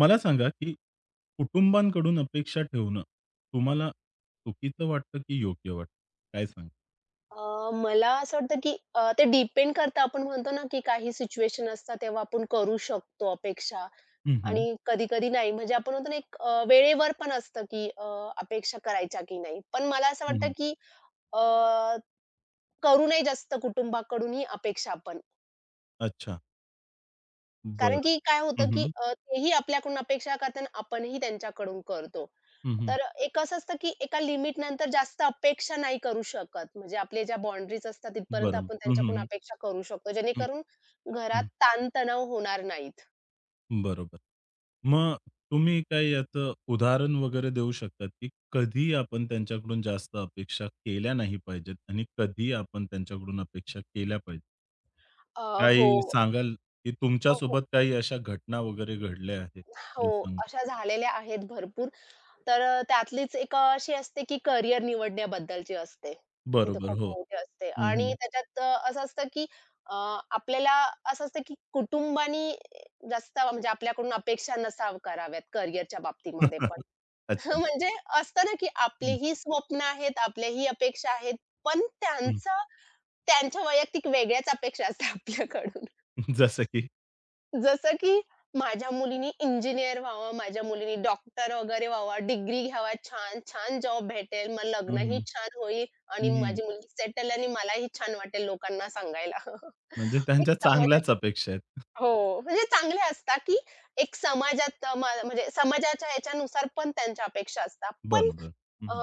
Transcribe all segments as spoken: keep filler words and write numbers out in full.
मला सांगा, की कुटुंबाकडून अपेक्षा ठेवणं तुम्हाला चुकीचं वाटतं की योग्य वाटतं? काय सांगाल? अ, मला असं वाटतं, की अ, ते डिपेंड करतं. आपण म्हणतो ना, की काही सिच्युएशन असतात, तेव्हा आपण करू शकतो अपेक्षा हं, हं. आणि कधी-कधी नाही. म्हणजे आपण म्हणतो ना, एक अ, वेळेवर पण असतं, की अ, अपेक्षा करायच्या की नाही. पण मला असं हं, वाटतं, हं. की अ, करू नये जास्त कुटुंबाकडूनही अपेक्षा आपण. अच्छा. कारण बरं. की काय हं, होतं, की हं. अ, तेही आपल्याकडून अपेक्षा करतात आणि आपणही त्यांच्याकडून करतो. हं, हं. तर अ, एक असं असतं, की एका लिमिटनंतर जास्त अपेक्षा नाही करू शकत. म्हणजे आपल्या ज्या बाउंडरीज असतात तिथपर्यंत बरं. आपण हं, हं, त्यांच्याकडून हं. अपेक्षा करू शकतो. हं, जेणेकरून हं. घरात ताणतणाव होणार नाहीत. बरोबर. मग तुम्ही काय याचं उदाहरण वगैरे देऊ शकतात, की कधी आपण त्यांच्याकडून जास्त अपेक्षा केल्या नाही पाहिजेत आणि कधी आपण त्यांच्याकडून अपेक्षा केल्या पाहिजेत? अ, हो. काही सांगाल, की अ, हो, तुमच्यासोबत काही अशा घटना वगैरे घडल्या आहेत? तर हो. सांगा. अशा झालेल्या आहेत भरपूर. तर अ, त्यातलीच एक अ, अशी असते की करियर निवडण्याबद्दलची असते. तिथे बरोबर, खूप हो. मोठी असते हं, आणि हं. त्याच्यात अ, असं असतं की अ, आपल्याला असं असतं की कुटुंबानी जास्त म्हणजे आपल्याकडून अपेक्षा नसाव कराव्यात करियरच्या बाबतीमध्ये पण. अच्छा. म्हणजे असतं ना की हं, आपलीही स्वप्न आहेत, आपल्याही अपेक्षा आहेत, पण हं. त्यांचं त्यांच्या वैयक्तिक वेगळ्याच अपेक्षा असतात आपल्याकडून. जसं की? जसं की माझ्या मुलीनी इंजिनिअर व्हावं, माझ्या मुलीनी डॉक्टर वगैरे व्हावं, डिग्री घ्यावा, छान-छान जॉब भेटेल, मग हं, लग्नही हं. छान होईल आणि हं, हं. माझी मुलगी सेटल आणि मलाही छान वाटेल लोकांना सांगायला. म्हणजे एक त्यांच्या समाजात चांगल्याच अपेक्षा आहेत. हो, म्हणजे चांगले असतात, की एक समाजात अ, म म्हणजे समाजाच्या ह्याच्यानुसार पण त्यांच्या अपेक्षा असतात. पण बरोबर. हं, अ, हं.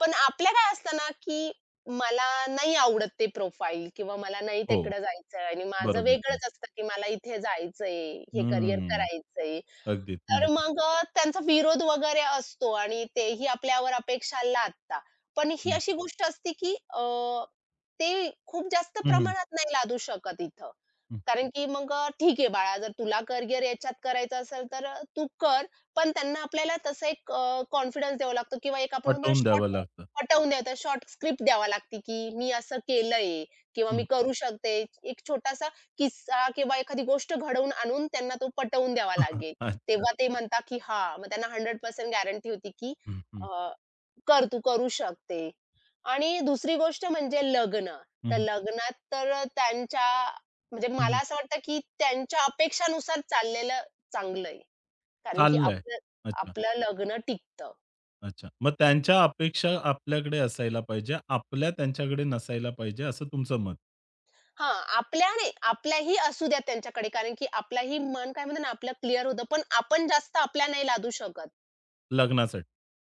पण आपल्या काय असतं ना, की मला नाही आवडत ते प्रोफाईल किंवा मला नाही हो, तिकडं जायचंय आणि माझं बरोबर. हं. वेगळंच असतं, की मला इथे जायचंय, हे करियर हं. करायचंय. अगदीच. तर हं, मग अ, त्यांचा विरोध वगैरे असतो आणि तेही आपल्यावर अपेक्षा लादतात. पण ही हं. अशी गोष्ट असते, की अ, ते खूप जास्त हं, हं. प्रमाणात नाही लादू शकत इथं. हं. कारण की मग अ, "ठीक आहे बाळा, जर तुला करियर याच्यात करायचं असेल तर अ, तू कर." पण त्यांना आपल्याला तसं एक कॉन्फिडन्स द्यावा लागतो किंवा एक आपण म्हणतो पटवून शॉर्ट द्यावं लागतं. पटवून द्यायचा, शॉर्ट स्क्रिप्ट द्यावी लागते, की मी असं केलंय किंवा हं. मी करू शकते. एक छोटासा किस्सा किंवा एखादी गोष्ट घडवून आणून त्यांना तो पटवून द्यावा लागेल. अच्छा. तेव्हा ते म्हणतात, की हां, मग त्यांना शंभर टक्के गॅरंटी होती, की हं, हं. अ, कर तू करू शकते. आणि दुसरी गोष्ट म्हणजे लग्न. हं, तर हं. लग्नात तर अ, त्यांच्या म्हणजे हं, मला हं. असं वाटतं, की त्यांच्या अपेक्षानुसार चाललेलं चांगलं आहे. कारण की चाललंय. आपलं अच्छा, आपलं लग्न टिकतं. अच्छा. मग त्यांच्या अपेक्षा आपल्याकडे असायला पाहिजे, आपल्या त्यांच्याकडे नसायला पाहिजे असं तुमचं मत हां, आपल्या नाही, आपल्याही असू द्या त्यांच्याकडे कारण की आपलाही मन काय म्हणतो ना, आपलं क्लिअर होतं. पण आपण जास्त आपल्या नाही लादू शकत लग्नासाठी.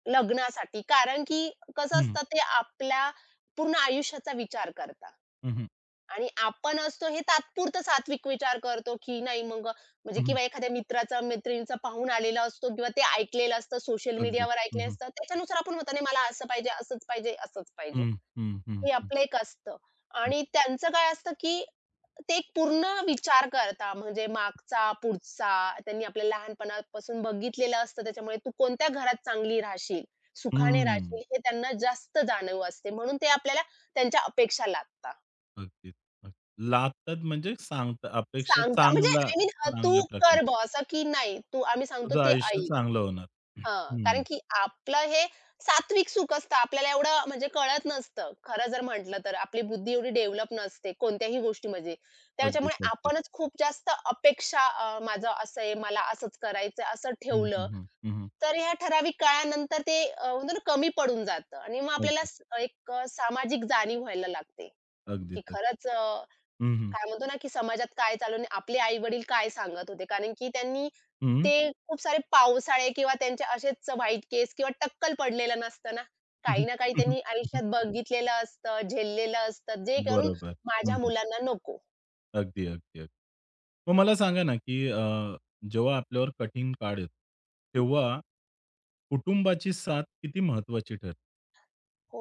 लग्नासाठी. कारण की कसं असतं ते आपल्या पूर्ण आयुष्याचा विचार करतात. हं, हं. आणि आपण असतो हे तात्पुरतं सात्विक विचार करतो, की नाही मग म्हणजे हं, हं. किंवा एखाद्या मित्राचा, मैत्रिणीचा पाहुण आलेला असतो किंवा ते ऐकलेलं असतं, सोशल अगदी. मीडियावर हं, ऐकलेलं हं. असतं. त्याच्यानुसार आपण म्हणतो, "नाही मला असं पाहिजे, असंच पाहिजे, असंच पाहिजे." हं, हं, हं, हे हं, आपलं एक असतं हं. आणि त्यांचं काय असतं, की ते एक पूर्ण विचार करता म्हणजे मागचा, पुढचा. त्यांनी आपल्या लहानपणापासून बघितलेलं असतं. त्याच्यामुळे तू कोणत्या घरात चांगली राहशील, सुखाने हं. राहशील हे त्यांना जास्त जाणीव असते. म्हणून ते आपल्याला त्यांच्या अपेक्षा लादतात. अगदीच, अगदी. लागतात म्हणजे सांगतात अपेक्षा सांगता म्हणजे चांगला आय मीन तू चांगल्या प्रकारे. कर बुवा असं की नाही तू आम्ही सांगतो तुझं ते आयुष्य ऐक. चांगलं होणार. हां, कारण हं. की आपलं हे सात्विक सुख असतं. आपल्याला एवढं म्हणजे कळत नसतं. खरं जर म्हटलं तर आपली बुद्धी एवढी डेव्हलप नसते कोणत्याही गोष्टीमध्ये. त्याच्यामुळे अगदीच, अगदीच. आपणच खूप जास्त अपेक्षा अ, माझं असं आहे, मला असंच करायचं असं हं, हं, ठेवलं, हं, हं, हं. तर ह्या ठराविक काळानंतर ते अ, म्हणतो ना कमी पडून जातं आणि मग आपल्याला अगदीच, स एक अ, सामाजिक जाणीव व्हायला लागते, की अगदीच, अगदी. खरंच अ, हं, हं. काय म्हणतो ना, की समाजात काय चालू आणि आपले आई-वडील काय सांगत होते. कारण की त्यांनी हं. ते खूप सारे पावसाळे किंवा त्यांचे असेच वाईट केस किंवा टक्कल पडलेलं नसतं ना. काही ना काही हं, हं, त्यांनी हं. आयुष्यात बघितलेलं असतं, झेललेलं असतं, जे करून बरोबर. हं, माझ्या हं. मुलांना नको. अगदी, अगदी, अगदी. मग मला सांगा ना, की अ, जेव्हा आपल्यावर कठीण काळ येतो, तेव्हा कुटुंबाची साथ किती महत्वाची ठरते? हो,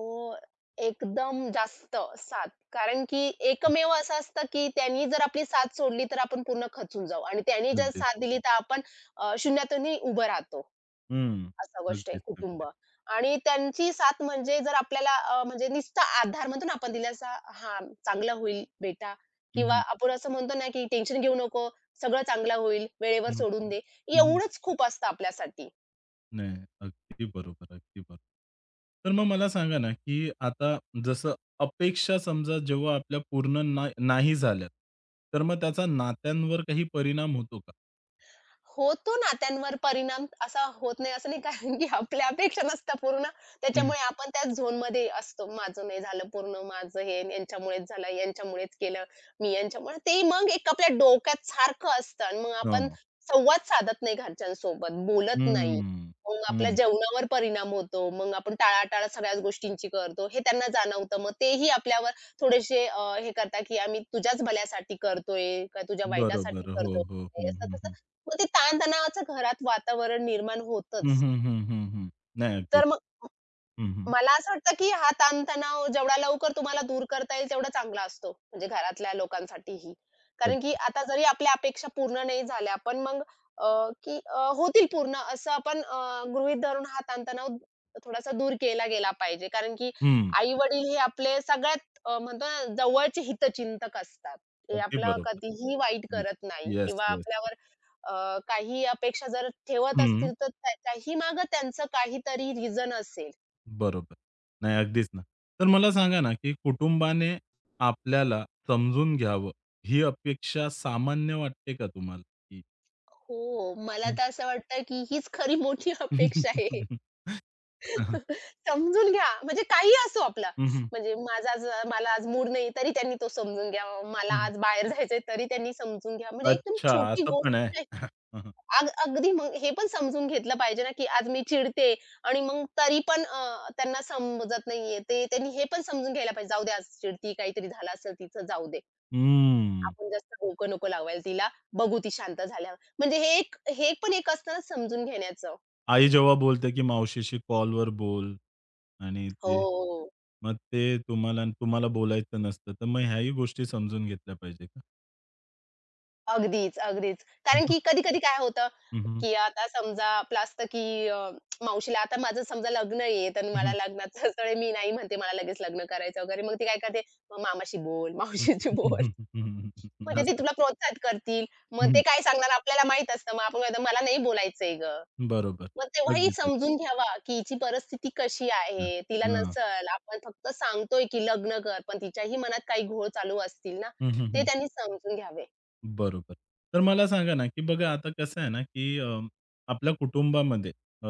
एकदम जास्त साथ. कारण की एकमेव असं असतं, की त्यांनी जर आपली साथ सोडली, तर आपण पूर्ण खचून जाऊ आणि त्यांनी जर अगदीच. साथ दिली, तर आपण अ, शून्यातूनही उभं राहतो. हं. अशा गोष्टी आहे अगदीच, कुटुंब. अगदीच. आणि त्यांची साथ म्हणजे जर आपल्याला अ, म्हणजे नुसता आधार म्हणतो ना आपण दिलासा हां, चांगला होईल बेटा हं, किंवा हं. आपण असं म्हणतो ना, की टेन्शन घेऊ नको, सगळं चांगलं होईल, वेळेवर हं, हं. सोडून दे. हं. एवढंच खूप असतं आपल्यासाठी. नाही, अगदी बरोबर, अगदी बरोबर. तर मग मला सांगा ना, की आता जसं अपेक्षा समजा जेव्हा आपल्या पूर्ण ना नाही झाल्या, तर मग त्याचा नात्यांवर काही परिणाम होतो का? होतो ना, त्यांवर परिणाम असा होत नाही असं नाही कारण की आपल्या अपेक्षा नसतात पूर्ण. हं. त्याच्यामुळे आपण त्याच झोनमध्ये असतो. माझं नाही झालं पूर्ण, माझं हे यांच्यामुळेच झालं, यांच्यामुळेच केलं, मी यांच्यामुळे ते मग एक आपल्या डोक्यात सारखं असतं आणि मग आपण हां. संवाद साधत नाही घरच्यांसोबत, बोलत नाही. हं, मग आपल्या हं. जेवणावर परिणाम होतो. मग आपण टाळाटाळ सगळ्याच गोष्टींची करतो. हे त्यांना जाणवतं. मग तेही आपल्यावर थोडेसे अ, हे करतात, की आम्ही तुझ्याच भल्यासाठी करतोय का तुझ्या वाईटासाठी बरोबर. हो, करतोय? हो. हं, असं हं, हं. मग ते ताणतणावाचं घरात वातावरण निर्माण हं, होतंच. हं, हं, हं, हं. नाही अगदी. तर मग हं, हं. मला असं वाटतं, की हा ताणतणाव जेवढा लवकर तुम्हाला दूर करता येईल तेवढा चांगला असतो, म्हणजे घरातल्या लोकांसाठीही. कारण की अगदी. आता जरी आपल्या अपेक्षा पूर्ण नाही झाल्या, पण मग अ, की अ, होतील पूर्ण असं आपण अ, गृहीत धरून हा ताणतणाव थोडासा दूर केला गेला पाहिजे. कारण की हं. आई-वडील हे आपले सगळ्यात अ, म्हणतो ना जवळचे हितचिंतक असतात. ते अगदी आपलं बरोबर. कधीही वाईट करत नाही येस, किंवा येस. आपल्यावर अ, काही अपेक्षा जर ठेवत हं. असतील, तर त्याच्याही मागे त्यांचं काहीतरी रिझन असेल. बरोबर. नाही, अगदीच ना. तर मला सांगा ना, की कुटुंबाने आपल्याला समजून घ्यावं, ही अपेक्षा सामान्य वाटते का तुम्हाला? की हो, मला तर असं वाटतं, की हीच खरी मोठी अपेक्षा आहे. हं. हां, समजून घ्या, म्हणजे काहीही असो आपला, म्हणजे माझा आज मला आज मूड नाही, तरी त्यांनी तो समजून घ्यावा. मला आज बाहेर जायचंय, तरी त्यांनी समजून घ्यावं. म्हणजे एकदम अच्छा, छोटी असं पण आहे. गोष्ट आहे. अग अगदी मग हे पण समजून घेतलं पाहिजे ना, की आज मी चिडते आणि मग तरी पण अ, त्यांना समजत नाहीये. ते त्यांनी हे पण समजून घ्यायला पाहिजे. जाऊ दे, आज चिडती, काहीतरी झालं असेल तिचं, जाऊ दे. हम्म. आपण जास्त डोकं नको लावायला तिला, बघू ती शांत झाल्यावर. म्हणजे हे एक हे पण एक असतं ना समजून घेण्याचं. आई जेव्हा बोलते, की मावशीशी कॉलवर बोल आणि ते हो. मग ते तुम्हाला आणि तुम्हाला बोलायचं नसतं, तर मग ह्याही गोष्टी समजून घेतल्या पाहिजे का? अगदीच, अगदीच. कारण की कधी-कधी काय होतं, हं, हं. की आता समजा आपलं असतं, की अ, मावशीला आता माझं समजा लग्न आहे, तर हं, मला हं. लग्नाच्याच वेळी मी नाही म्हणते, मला लगेच लग्न करायचं वगैरे. मग ती काय करते, "मग मामाशी बोल, मावशीशी बोल." म्हणजे ते असं. तुला प्रोत्साहित करतील. मग ते काय सांगणार आपल्याला माहीत असतं. मग आपण म्हणतो, "मला नाही बोलायचंय गं." बरोबर. मग तेव्हाही अगदीच. अगदी. समजून घ्यावा, की हिची परिस्थिती कशी हां. आहे, तिला हां. नसेल. आपण फक्त सांगतोय, की लग्न कर, पण तिच्याही मनात काही घोळ चालू असतील ना, हं, हं, ते हं. त्यांनी समजून घ्यावे. बरोबर. तर मला सांगा ना, की बघा आता कसं आहे ना, की अ, आपल्या कुटुंबामध्ये अ,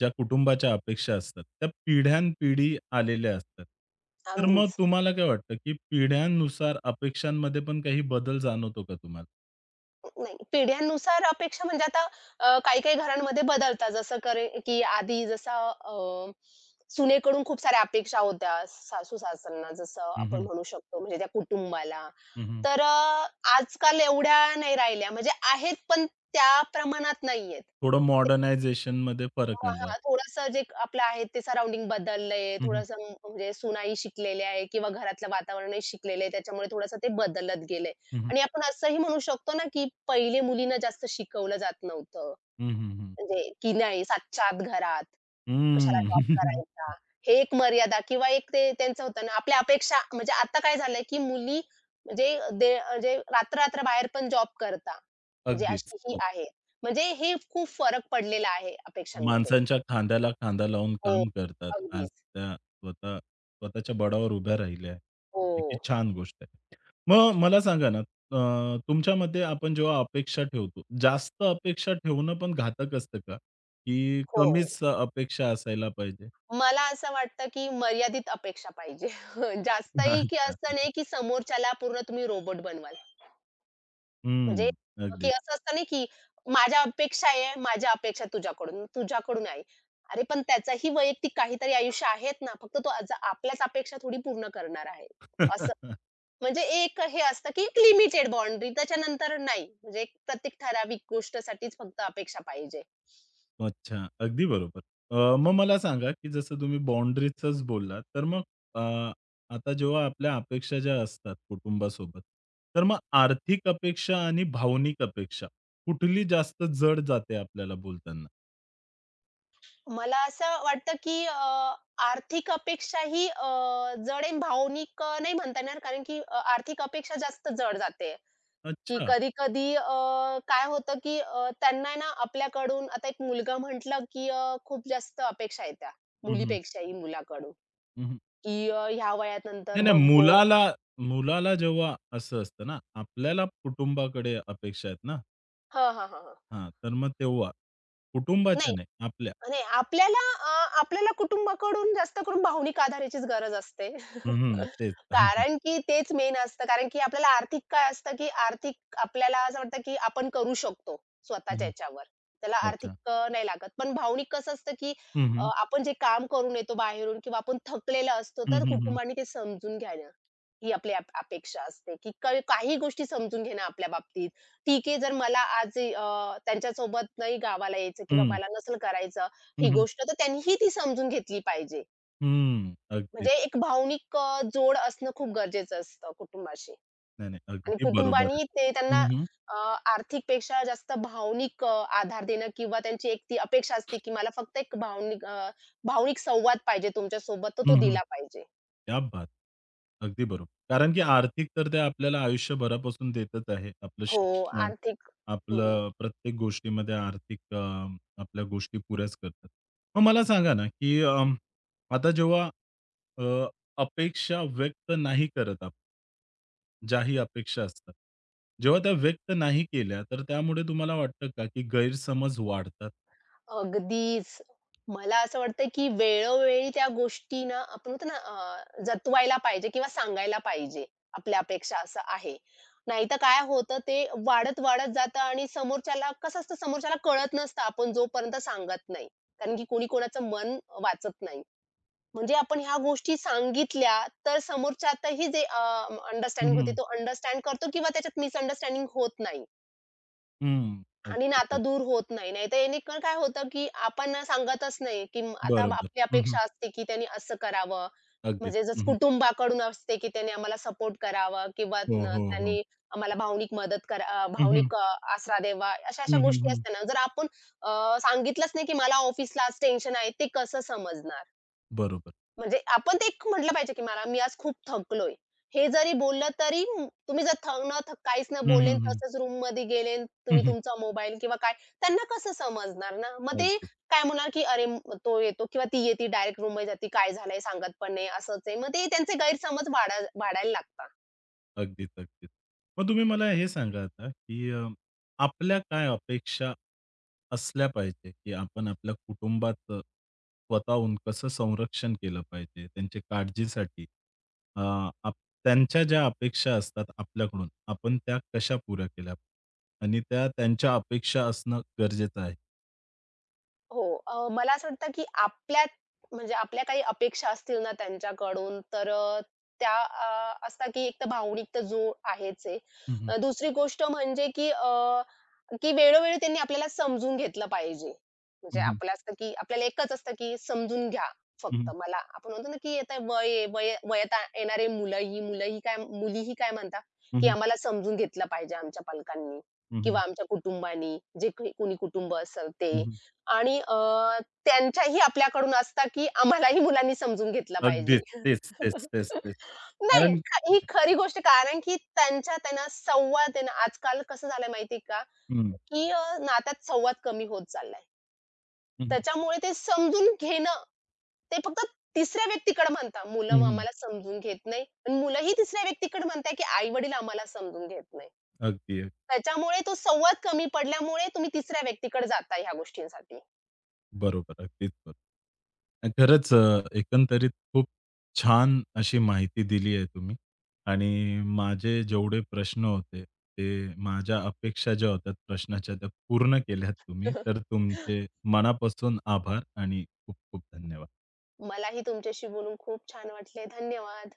ज्या कुटुंबाच्या अपेक्षा असतात, त्या पिढ्यानपिढी आलेल्या असतात. तर मग अगदीच. तुम्हाला काय वाटतं, की पिढ्यांनुसार अपेक्षांमध्ये पण काही बदल जाणवतो का तुम्हाला? नाही, पिढ्यांनुसार अपेक्षा म्हणजे आता अ, काही-काही घरांमध्ये बदलतात. जसं करे की आधी जसा अ, सुनेकडून खूप साऱ्या अपेक्षा होत्या सासू-सासऱ्यांना, जसं हं, आपण हं. म्हणू शकतो, म्हणजे त्या कुटुंबाला. हं, हं. तर अ, आजकाल एवढ्या नाही राहिल्या. म्हणजे आहेत, पण त्या प्रमाणात नाहीयेत. थोडं मॉडर्नायझेशनमध्ये फरक हां, आलाय. हां. थोडंसं जे आपलं आहे ते सराउंडिंग बदललंय. हं, हं. थोडंसं म्हणजे सुनाई शिकलेल्या आहे किंवा घरातलं वातावरणही शिकलेलं आहे. त्याच्यामुळे थोडंसं ते बदलत गेलंय हं, हं. आणि आपण असंही म्हणू शकतो ना, की पहिले मुलींना जास्त शिकवलं जात नव्हतं. हं, हं, हं. म्हणजे की नाही सातच्या आत घरात, हं. कशाला जॉब करायचा. हे एक मर्यादा किंवा एक ते त्यांचं होतं ना, आपल्या अपेक्षा म्हणजे आता काय झालंय, की मुली म्हणजे दे म्हणजे रात्र-रात्र बाहेर पण जॉब करता. म्हणजे अगदीच. अशी ही हो. आहे. म्हणजे हे खूप फरक पडलेला आहे अपेक्षांमध्ये. माणसांच्या खांद्याला खांदा लावून हो, काम करतात. आज अगदीच. त्या स्वतः स्वतःच्या बळावर उभ्या राहिल्या आहेत. हो, ही किती छान गोष्ट आहे. मग मला सांगा ना, अ, तुमच्या मते आपण जेव्हा अपेक्षा ठेवतो, जास्त अपेक्षा ठेवणं पण घातक असतं का? की हो. कमीच अपेक्षा असायला पाहिजे? मला असं वाटतं, की मर्यादित अपेक्षा पाहिजे. जास्तही की अच्छा. असं नाही, की समोरच्याला पूर्ण तुम्ही रोबोट बनवाल. म्हणजे हं. की अगदी. असं असतं नाही, की माझ्या अपेक्षा आहे, माझ्या अपेक्षा तुझ्याकडून, तुझ्याकडून आहे. अरे, पण त्याचंही वैयक्तिक काहीतरी आयुष्य आहेत ना, फक्त तो आज आपल्याच अपेक्षा थोडी पूर्ण करणार आहे. असं म्हणजे एक हे असतं, की एक लिमिटेड बाउंडरी त्याच्यानंतर नाही. म्हणजे एक प्रत्येक ठराविक गोष्टसाठीच फक्त अपेक्षा पाहिजे. अच्छा, अगदी बरोबर. अ, मग मला सांगा, की जसं तुम्ही बाउंडरीजच बोललात, तर मग अ, आता जेव्हा आपल्या अपेक्षा ज्या असतात कुटुंबासोबत, तर मग आर्थिक अपेक्षा आणि भावनिक अपेक्षा कुठली जास्त जड जाते आपल्याला बोलताना? मला असं वाटतं, की अ, आर्थिक अपेक्षा ही अ, जड आहे, भावनिक अ, नाही म्हणता येणार कारण की अ, आर्थिक अपेक्षा जास्त जड जाते, की अच्छा. कधी-कधी काय होतं, की अ, त्यांना आहे ना आपल्याकडून आता एक मुलगा म्हटलं, की अ, खूप जास्त अपेक्षा येत्या हं, हं. मुलीपेक्षाही मुलाकडून, की अ, ह्या वयानंतर नाही, नाही. बघ तो मुलाला मुलाला जेव्हा असं असतं ना, आपल्याला कुटुंबाकडे अपेक्षा आहेत ना, हां, हां, हां, हां. हां, तर मग तेव्हा कुटुंबाच्या नाही. नाही, आपल्या. नाही, आपल्याला अ, आपल्याला कुटुंबाकडून जास्त करून भावनिक आधाराचीच गरज असते. हं, हं. तेच. हं, कारण की तेच मेन असतं. कारण की आपल्याला आर्थिक काय असतं, की आर्थिक आपल्याला असं वाटतं, की आपण करू शकतो स्वतःच्या हं. ह्याच्यावर. त्याला अच्छा. आर्थिक अ, नाही लागत. पण भावनिक कसं असतं, की हं, अ, हं. आपण जे काम करून येतो बाहेरून किंवा आपण थकलेला असतो, हं, तर हं, हं. कुटुंबाने ते समजून घ्यायला ही आपली अप अपेक्षा असते, की क काही गोष्टी समजून घेणं आपल्या बाबतीत. ठीक आहे, जर मला आज अ, त्यांच्यासोबत नाही गावाला यायचं किंवा मला नसेल करायचं हं, ही हं. गोष्ट तर त्यांनीही ती समजून घेतली पाहिजे. हं. अगदीच. म्हणजे एक भावनिक अ, जोड असणं खूप गरजेचं असतं कुटुंबाशी नाही, नाही. आणि अगदी बरोबर आहे. कुटुंबानी ते त्यांना हं, हं. अ, आर्थिकपेक्षा जास्त भावनिक अ, आधार देणं किंवा त्यांची एक ती अपेक्षा असते, की मला फक्त एक भावनिक अ, भावनिक संवाद पाहिजे तुमच्यासोबत, तर तो हं, हं. दिला पाहिजे. क्या बात! अगदी बरोबर. कारण की आर्थिक तर ते आपल्याला आयुष्यभरापासून देतच आहे. आपलं हो, शिक्षण, आर्थिक हं. आपलं प्रत्येक गोष्टीमध्ये आर्थिक अ, आपल्या गोष्टी पुऱ्याच करतात. मग मला सांगा ना, की अं, आता जेव्हा अ, अपेक्षा व्यक्त नाही करत आपण ज्याही अपेक्षा असतात. जेव्हा त्या व्यक्त नाही केल्या, तर त्यामुळे तुम्हाला वाटतं का, की गैरसमज वाढतात? अगदीच. मला असं वाटतं, की वेळोवेळी त्या गोष्टी ना, आपण म्हणतो ना अ, जतवायला पाहिजे किंवा सांगायला पाहिजे. आपल्या अपेक्षा असं आहे. नाहीतर काय होतं ते वाढत-वाढत जातं आणि समोरच्याला कसं असतं समोरच्याला कळत नसतं आपण जोपर्यंत सांगत नाही. कारण की कोणी कोणाचं मन वाचत नाही. म्हणजे आपण ह्या गोष्टी सांगितल्या तर समोरच्यातही जे हं, अंडरस्टँडिंग होते हं. तो अंडरस्टँड करतो किंवा त्याच्यात मिसअंडरस्टँडिंग होत नाही. हं. आणि अगदीच, नातं अगदी. दूर होत नाही. नाहीतर याने काय होतं, की आपण ना सांगतच नाही, की म- आता बरोबर. आपली हं, हं. अपेक्षा असते, की त्यांनी असं करावं. अगदीच. म्हणजे जसं हं, हं. कुटुंबाकडून असते, की त्यांनी आम्हाला सपोर्ट करावा किंवा हो, न हो, हो. त्यांनी आम्हाला भावनिक मदत करा अ, हं, हं. भावनिक अ, आसरा द्यावा. हं, अशा-अशा हं, गोष्टी हं. असतात ना, जर आपण अ, सांगितलंच नाही, की मला ऑफिसला आज टेन्शन आहे, ते कसं समजणार? बरोबर. म्हणजे आपण ते एक म्हटलं पाहिजे, की मला मी आज खूप थकलोय. हे जरी बोललं तरी म- तुम्ही जर थक न थक काहीच न हं, बोलले हं, आणि हं. तसंच रूममध्ये गेले आणि हं, तुम्ही हं. तुमचा मोबाईल किंवा काय, त्यांना कसं समजणार ना? मग ते अगदीच, काय म्हणणार, की "अरे म- तो येतो किंवा ती येते डायरेक्ट रूममध्ये जाते, काय झालंय सांगत पण नाही." असंच आहे. मग ते त्यांचे गैरसमज वाढा वाढायला लागतात. अगदीच, अगदीच. मग तुम्ही मला हे सांगा आता, की अ, आपल्या काय अपेक्षा असल्या पाहिजे, की आपण आपल्या कुटुंबाचं स्वतःहून कसं संरक्षण केलं पाहिजे, त्यांच्या काळजीसाठी? अ, आप त्यांच्या ज्या अपेक्षा असतात आपल्याकडून, आपण त्या कशा पुऱ्या केल्या? आणि त्या त्यांच्या अपेक्षा असणं गरजेचं आहे. हो. अ, मला असं वाटतं, की आपल्यात म्हणजे आपल्या काही अपेक्षा असतील ना त्यांच्याकडून, तर अ, त्या अ, असतात, की एक तर भावनिक तर जोड आहेच आहे. हं, हं. अ, दुसरी गोष्ट म्हणजे, की की वेळोवेळी त्यांनी आपल्याला समजून घेतलं पाहिजे. म्हणजे हं, हं. आपलं असतं की आपल्याला एकच असतं की समजून घ्या हं, फक्त हं. मला. आपण म्हणतो ना की आता वय आहे, वय वयात आ- येणारे मुलं ही मुलं ही काय मुलीही काय म्हणतात, हं, की हं. आम्हाला समजून घेतलं पाहिजे आमच्या पालकांनी हं, हं. किंवा आमच्या कुटुंबानी, जे काही कोणी कुटुंब असेल हं, ते. हं. आणि अ, त्यांच्याही आपल्याकडून असतं की आम्हालाही मुलांनी समजून घेतलं पाहिजे. अगदीच. तेच, तेच, तेच, तेच. नाही, कारण ख- ही खरी गोष्ट कारण की त्यांच्या त्यांना संवाद आहे ना, आजकाल कसं झालंय माहिती का? की अ, नात्यात संवाद कमी होत चाललाय. हं, हं. त्याच्यामुळे ते समजून घेणं, ते फक्त तिसऱ्या व्यक्तीकडे म्हणतात. मुलं मग हं. आम्हाला समजून घेत नाही आणि मुलंही तिसऱ्या व्यक्तीकडे म्हणताय, की आई-वडील आम्हाला समजून घेत नाही. अगदी, अगदी. त्याच्यामुळे तो संवाद कमी पडल्यामुळे तुम्ही तिसऱ्या व्यक्तीकडे जाता ह्या गोष्टींसाठी. बरोबर. अगदीच बरोबर. आणि खरंच अ, एकंदरीत खूप छान अशी माहिती दिली आहे तुम्ही आणि माझे जेवढे प्रश्न होते, ते माझ्या अपेक्षा ज्या होत्या प्रश्नाच्या त्या पूर्ण केल्यात तुम्ही. तर तुमचे मनापासून आभार आणि खूप खूप धन्यवाद. मलाही तुमच्याशी बोलून खूप छान वाटले. धन्यवाद.